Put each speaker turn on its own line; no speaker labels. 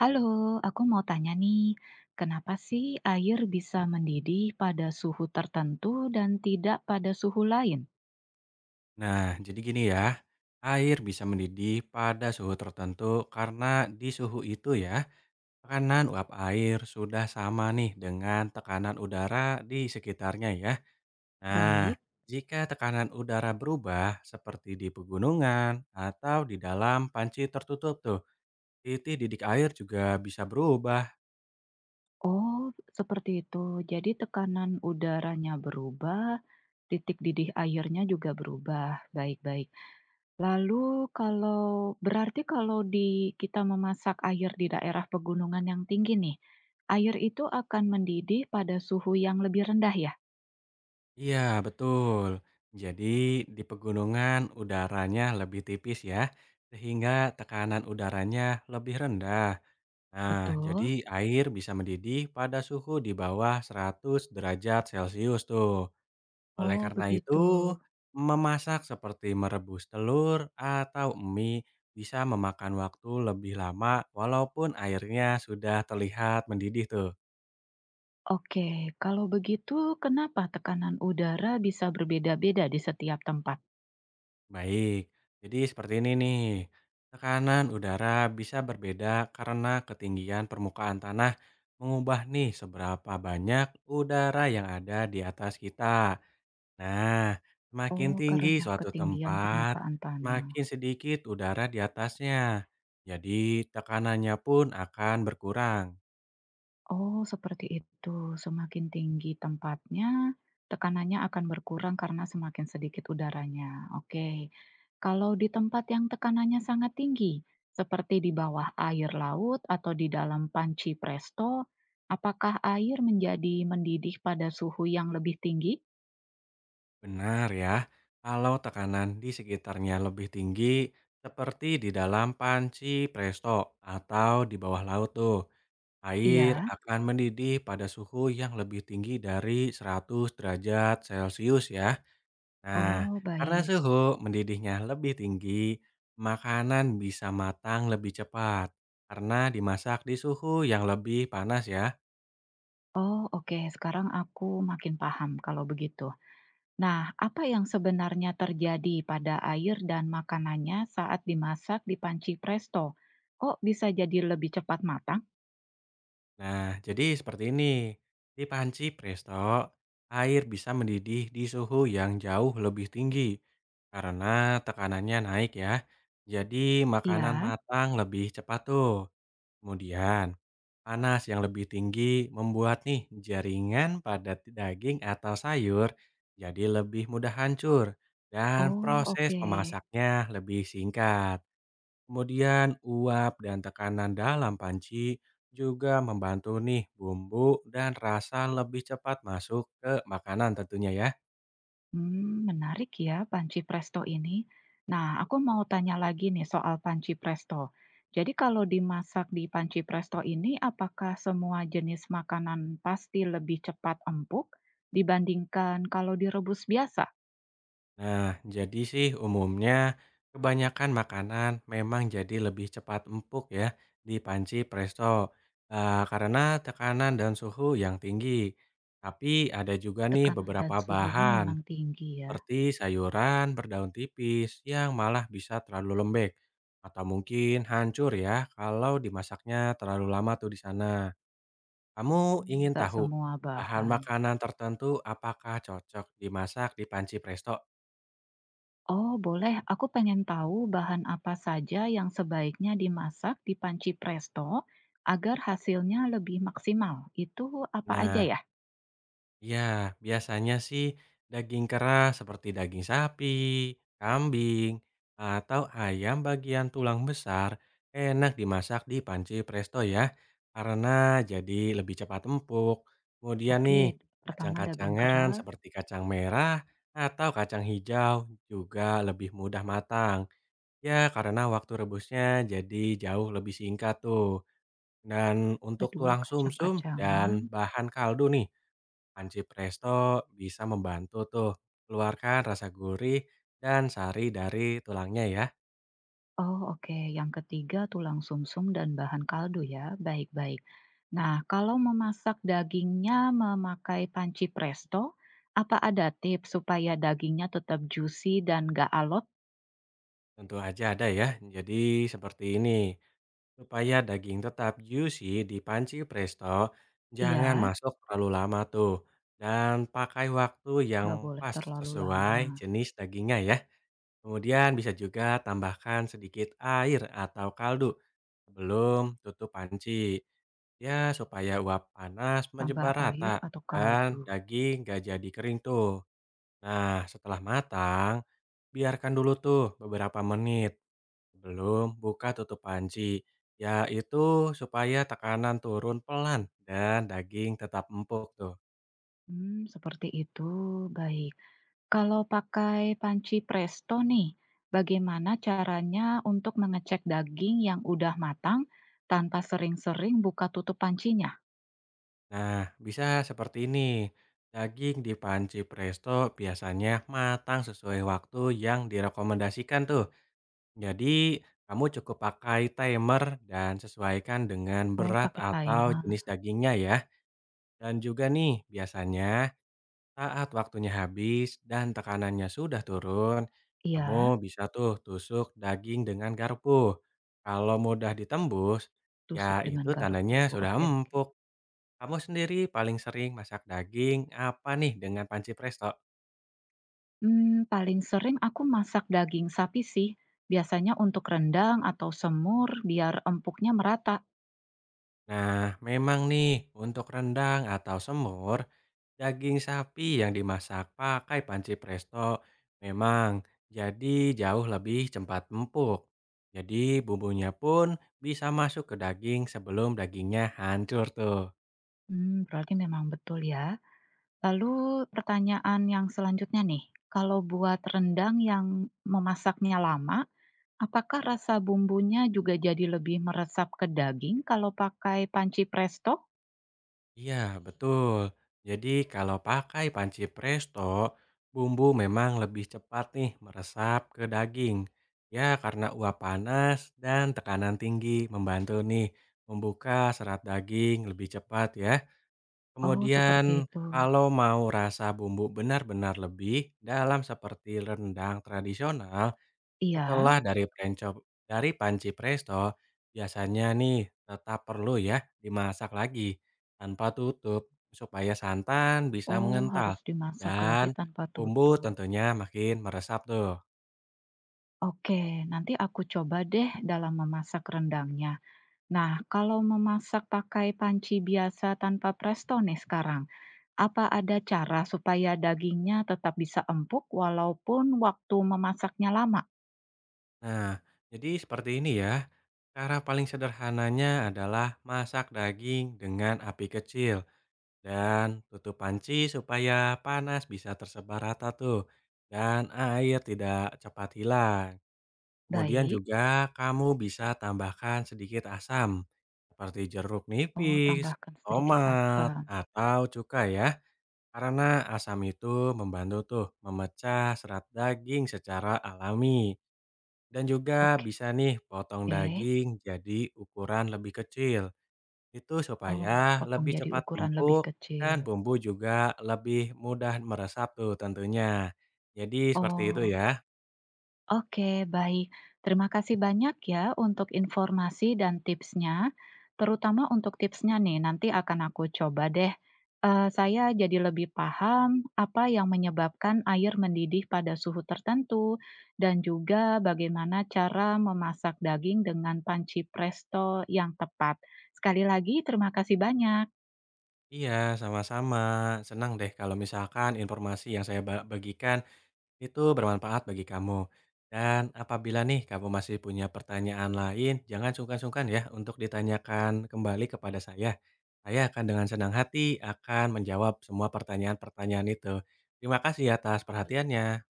Halo, aku mau tanya nih, kenapa sih air bisa mendidih pada suhu tertentu dan tidak pada suhu lain?
Nah, jadi gini ya, air bisa mendidih pada suhu tertentu karena di suhu itu ya, tekanan uap air sudah sama nih dengan tekanan udara di sekitarnya ya. Nah,
Baik,
jika tekanan udara berubah seperti di pegunungan atau di dalam panci tertutup tuh, titik didik air juga bisa berubah.
oh seperti itu. Jadi tekanan udaranya berubah, titik didih airnya juga berubah. Baik-baik. Lalu kalau berarti kalau di kita memasak air di daerah pegunungan yang tinggi nih, air itu akan mendidih pada suhu yang lebih rendah ya?
Iya, betul. Jadi di pegunungan udaranya lebih tipis ya, sehingga tekanan udaranya lebih rendah. Nah,
Betul.
jadi air bisa mendidih pada suhu di bawah 100 derajat Celcius tuh. Oleh
Oh,
karena itu,
begitu.
memasak seperti merebus telur atau mie bisa memakan waktu lebih lama walaupun airnya sudah terlihat mendidih tuh.
Oke, kalau begitu kenapa tekanan udara bisa berbeda-beda di setiap tempat?
Baik, jadi seperti ini nih. Tekanan udara bisa berbeda karena ketinggian permukaan tanah mengubah nih seberapa banyak udara yang ada di atas kita. Nah, semakin
Oh,
tinggi
karena
suatu
ketinggian
tempat,
permukaan tanah.
makin sedikit udara di atasnya. Jadi, tekanannya pun akan berkurang.
Oh, seperti itu. Semakin tinggi tempatnya, tekanannya akan berkurang karena semakin sedikit udaranya. Oke. Kalau di tempat yang tekanannya sangat tinggi, seperti di bawah air laut atau di dalam panci presto, apakah air menjadi mendidih pada suhu yang lebih tinggi?
Benar ya, kalau tekanan di sekitarnya lebih tinggi, seperti di dalam panci presto atau di bawah laut tuh, air
Iya.
akan mendidih pada suhu yang lebih tinggi dari 100 derajat Celcius ya. Nah,
Oh,
karena
baik.
suhu mendidihnya lebih tinggi, makanan bisa matang lebih cepat karena dimasak di suhu yang lebih panas ya.
Oh, oke. Sekarang aku makin paham kalau begitu. Nah, apa yang sebenarnya terjadi pada air dan makanannya saat dimasak di panci presto? Kok bisa jadi lebih cepat matang?
Nah, jadi seperti ini. Di panci presto, air bisa mendidih di suhu yang jauh lebih tinggi karena tekanannya naik ya. Jadi makanan
Iya.
matang lebih cepat tuh. Kemudian, panas yang lebih tinggi membuat nih jaringan pada daging atau sayur jadi lebih mudah hancur dan
Oh,
proses
oke.
memasaknya lebih singkat. Kemudian, uap dan tekanan dalam panci juga membantu nih bumbu dan rasa lebih cepat masuk ke makanan tentunya ya.
Hmm, menarik ya panci presto ini. Nah, aku mau tanya lagi nih soal panci presto. Jadi kalau dimasak di panci presto ini, apakah semua jenis makanan pasti lebih cepat empuk dibandingkan kalau direbus biasa?
Nah, jadi sih umumnya kebanyakan makanan memang jadi lebih cepat empuk ya di panci presto karena tekanan dan suhu yang tinggi. Tapi ada juga nih
Tekanan dan
beberapa
suhunya
bahan
memang tinggi ya?
seperti sayuran berdaun tipis yang malah bisa terlalu lembek atau mungkin hancur ya kalau dimasaknya terlalu lama tuh di sana. Kamu
Hmm,
ingin
nggak
tahu
semua
bahan
bahan.
makanan tertentu apakah cocok dimasak di panci presto?
Oh boleh, aku pengen tahu bahan apa saja yang sebaiknya dimasak di panci presto agar hasilnya lebih maksimal. Itu apa aja
Nah,
ya?
ya biasanya sih daging keras seperti daging sapi, kambing, atau ayam bagian tulang besar enak dimasak di panci presto ya, karena jadi lebih cepat empuk. Kemudian
Oke,
nih,
pertama daging
kacang-kacangan
keras,
seperti kacang merah atau kacang hijau juga lebih mudah matang. Ya, karena waktu rebusnya jadi jauh lebih singkat tuh. Dan untuk
kedua
tulang sumsum
kacang-kacangan,
dan bahan kaldu nih, panci presto bisa membantu tuh keluarkan rasa gurih dan sari dari tulangnya ya.
oh oke, yang ketiga tulang sumsum dan bahan kaldu ya. Baik baik. Nah, kalau memasak dagingnya memakai panci presto, apa ada tips supaya dagingnya tetap juicy dan nggak alot?
Tentu aja ada ya. Jadi seperti ini. Supaya daging tetap juicy di panci presto, jangan
Iya,
masuk terlalu lama tuh. Dan pakai waktu yang
nggak boleh
pas
terlalu lama.
sesuai jenis dagingnya ya. Kemudian bisa juga tambahkan sedikit air atau kaldu sebelum tutup panci. Ya, supaya uap panas
Tambah
menyebar
air
rata
atau
dan
kaldu.
daging nggak jadi kering tuh. Nah, setelah matang, biarkan dulu tuh beberapa menit sebelum buka tutup panci. Yaitu supaya tekanan turun pelan dan daging tetap empuk tuh.
Hmm, seperti itu. Baik. Kalau pakai panci presto nih, bagaimana caranya untuk mengecek daging yang udah matang tanpa sering-sering buka tutup pancinya?
Nah, bisa seperti ini. Daging di panci presto biasanya matang sesuai waktu yang direkomendasikan tuh. Jadi, kamu cukup pakai timer dan sesuaikan dengan
Oh,
berat
pakai
atau
timer.
jenis dagingnya ya. Dan juga nih, biasanya saat waktunya habis dan tekanannya sudah turun,
Iya,
kamu bisa tuh tusuk daging dengan garpu. Kalau mudah ditembus,
tusuk
ya
dengan
itu
garpu.
tandanya sudah
Oke, oke.
empuk. Kamu sendiri paling sering masak daging apa nih dengan panci presto?
Mmm, paling sering aku masak daging sapi sih, biasanya untuk rendang atau semur biar empuknya merata.
Nah, memang nih, untuk rendang atau semur, daging sapi yang dimasak pakai panci presto memang jadi jauh lebih cepat empuk. Jadi bumbunya pun bisa masuk ke daging sebelum dagingnya hancur tuh.
Mmm, berarti memang betul ya. Lalu pertanyaan yang selanjutnya nih, kalau buat rendang yang memasaknya lama, apakah rasa bumbunya juga jadi lebih meresap ke daging kalau pakai panci presto?
Iya, betul. Jadi kalau pakai panci presto, bumbu memang lebih cepat nih meresap ke daging. Ya, karena uap panas dan tekanan tinggi membantu nih membuka serat daging lebih cepat ya.
Oh, seperti
Kemudian
itu.
kalau mau rasa bumbu benar-benar lebih dalam seperti rendang tradisional,
Iya?
setelah dari prenco dari panci presto, biasanya nih tetap perlu ya dimasak lagi tanpa tutup supaya santan bisa
Oh,
mengental
harus dimasak lagi
dan
tanpa
bumbu
tutup.
tentunya makin meresap tuh.
Oke, nanti aku coba deh dalam memasak rendangnya. Nah, kalau memasak pakai panci biasa tanpa presto nih sekarang, apa ada cara supaya dagingnya tetap bisa empuk walaupun waktu memasaknya lama?
Nah, jadi seperti ini ya. Cara paling sederhananya adalah masak daging dengan api kecil dan tutup panci supaya panas bisa tersebar rata tuh dan air tidak cepat hilang. Kemudian
Baik.
juga kamu bisa tambahkan sedikit asam, seperti jeruk
Oh,
nipis,
tambahkan sedikit
tomat,
asam.
atau cuka ya. Karena asam itu membantu tuh memecah serat daging secara alami. Dan juga bisa nih potong
Oke.
daging jadi ukuran lebih kecil. Itu
Oh,
supaya
potong
lebih
jadi
cepat
ukuran lebih
empuk
kecil.
dan bumbu juga lebih mudah meresap tuh tentunya. Jadi seperti itu
Oh.
ya.
Oke, baik. Terima kasih banyak ya untuk informasi dan tipsnya, terutama untuk tipsnya nih. Nanti akan aku coba deh. Saya jadi lebih paham apa yang menyebabkan air mendidih pada suhu tertentu dan juga bagaimana cara memasak daging dengan panci presto yang tepat. Sekali lagi, terima kasih banyak.
Iya, sama-sama. Senang deh kalau misalkan informasi yang saya bagikan itu bermanfaat bagi kamu. Dan apabila nih kamu masih punya pertanyaan lain, jangan sungkan-sungkan ya untuk ditanyakan kembali kepada saya. Saya akan dengan senang hati akan menjawab semua pertanyaan-pertanyaan itu. Terima kasih atas perhatiannya.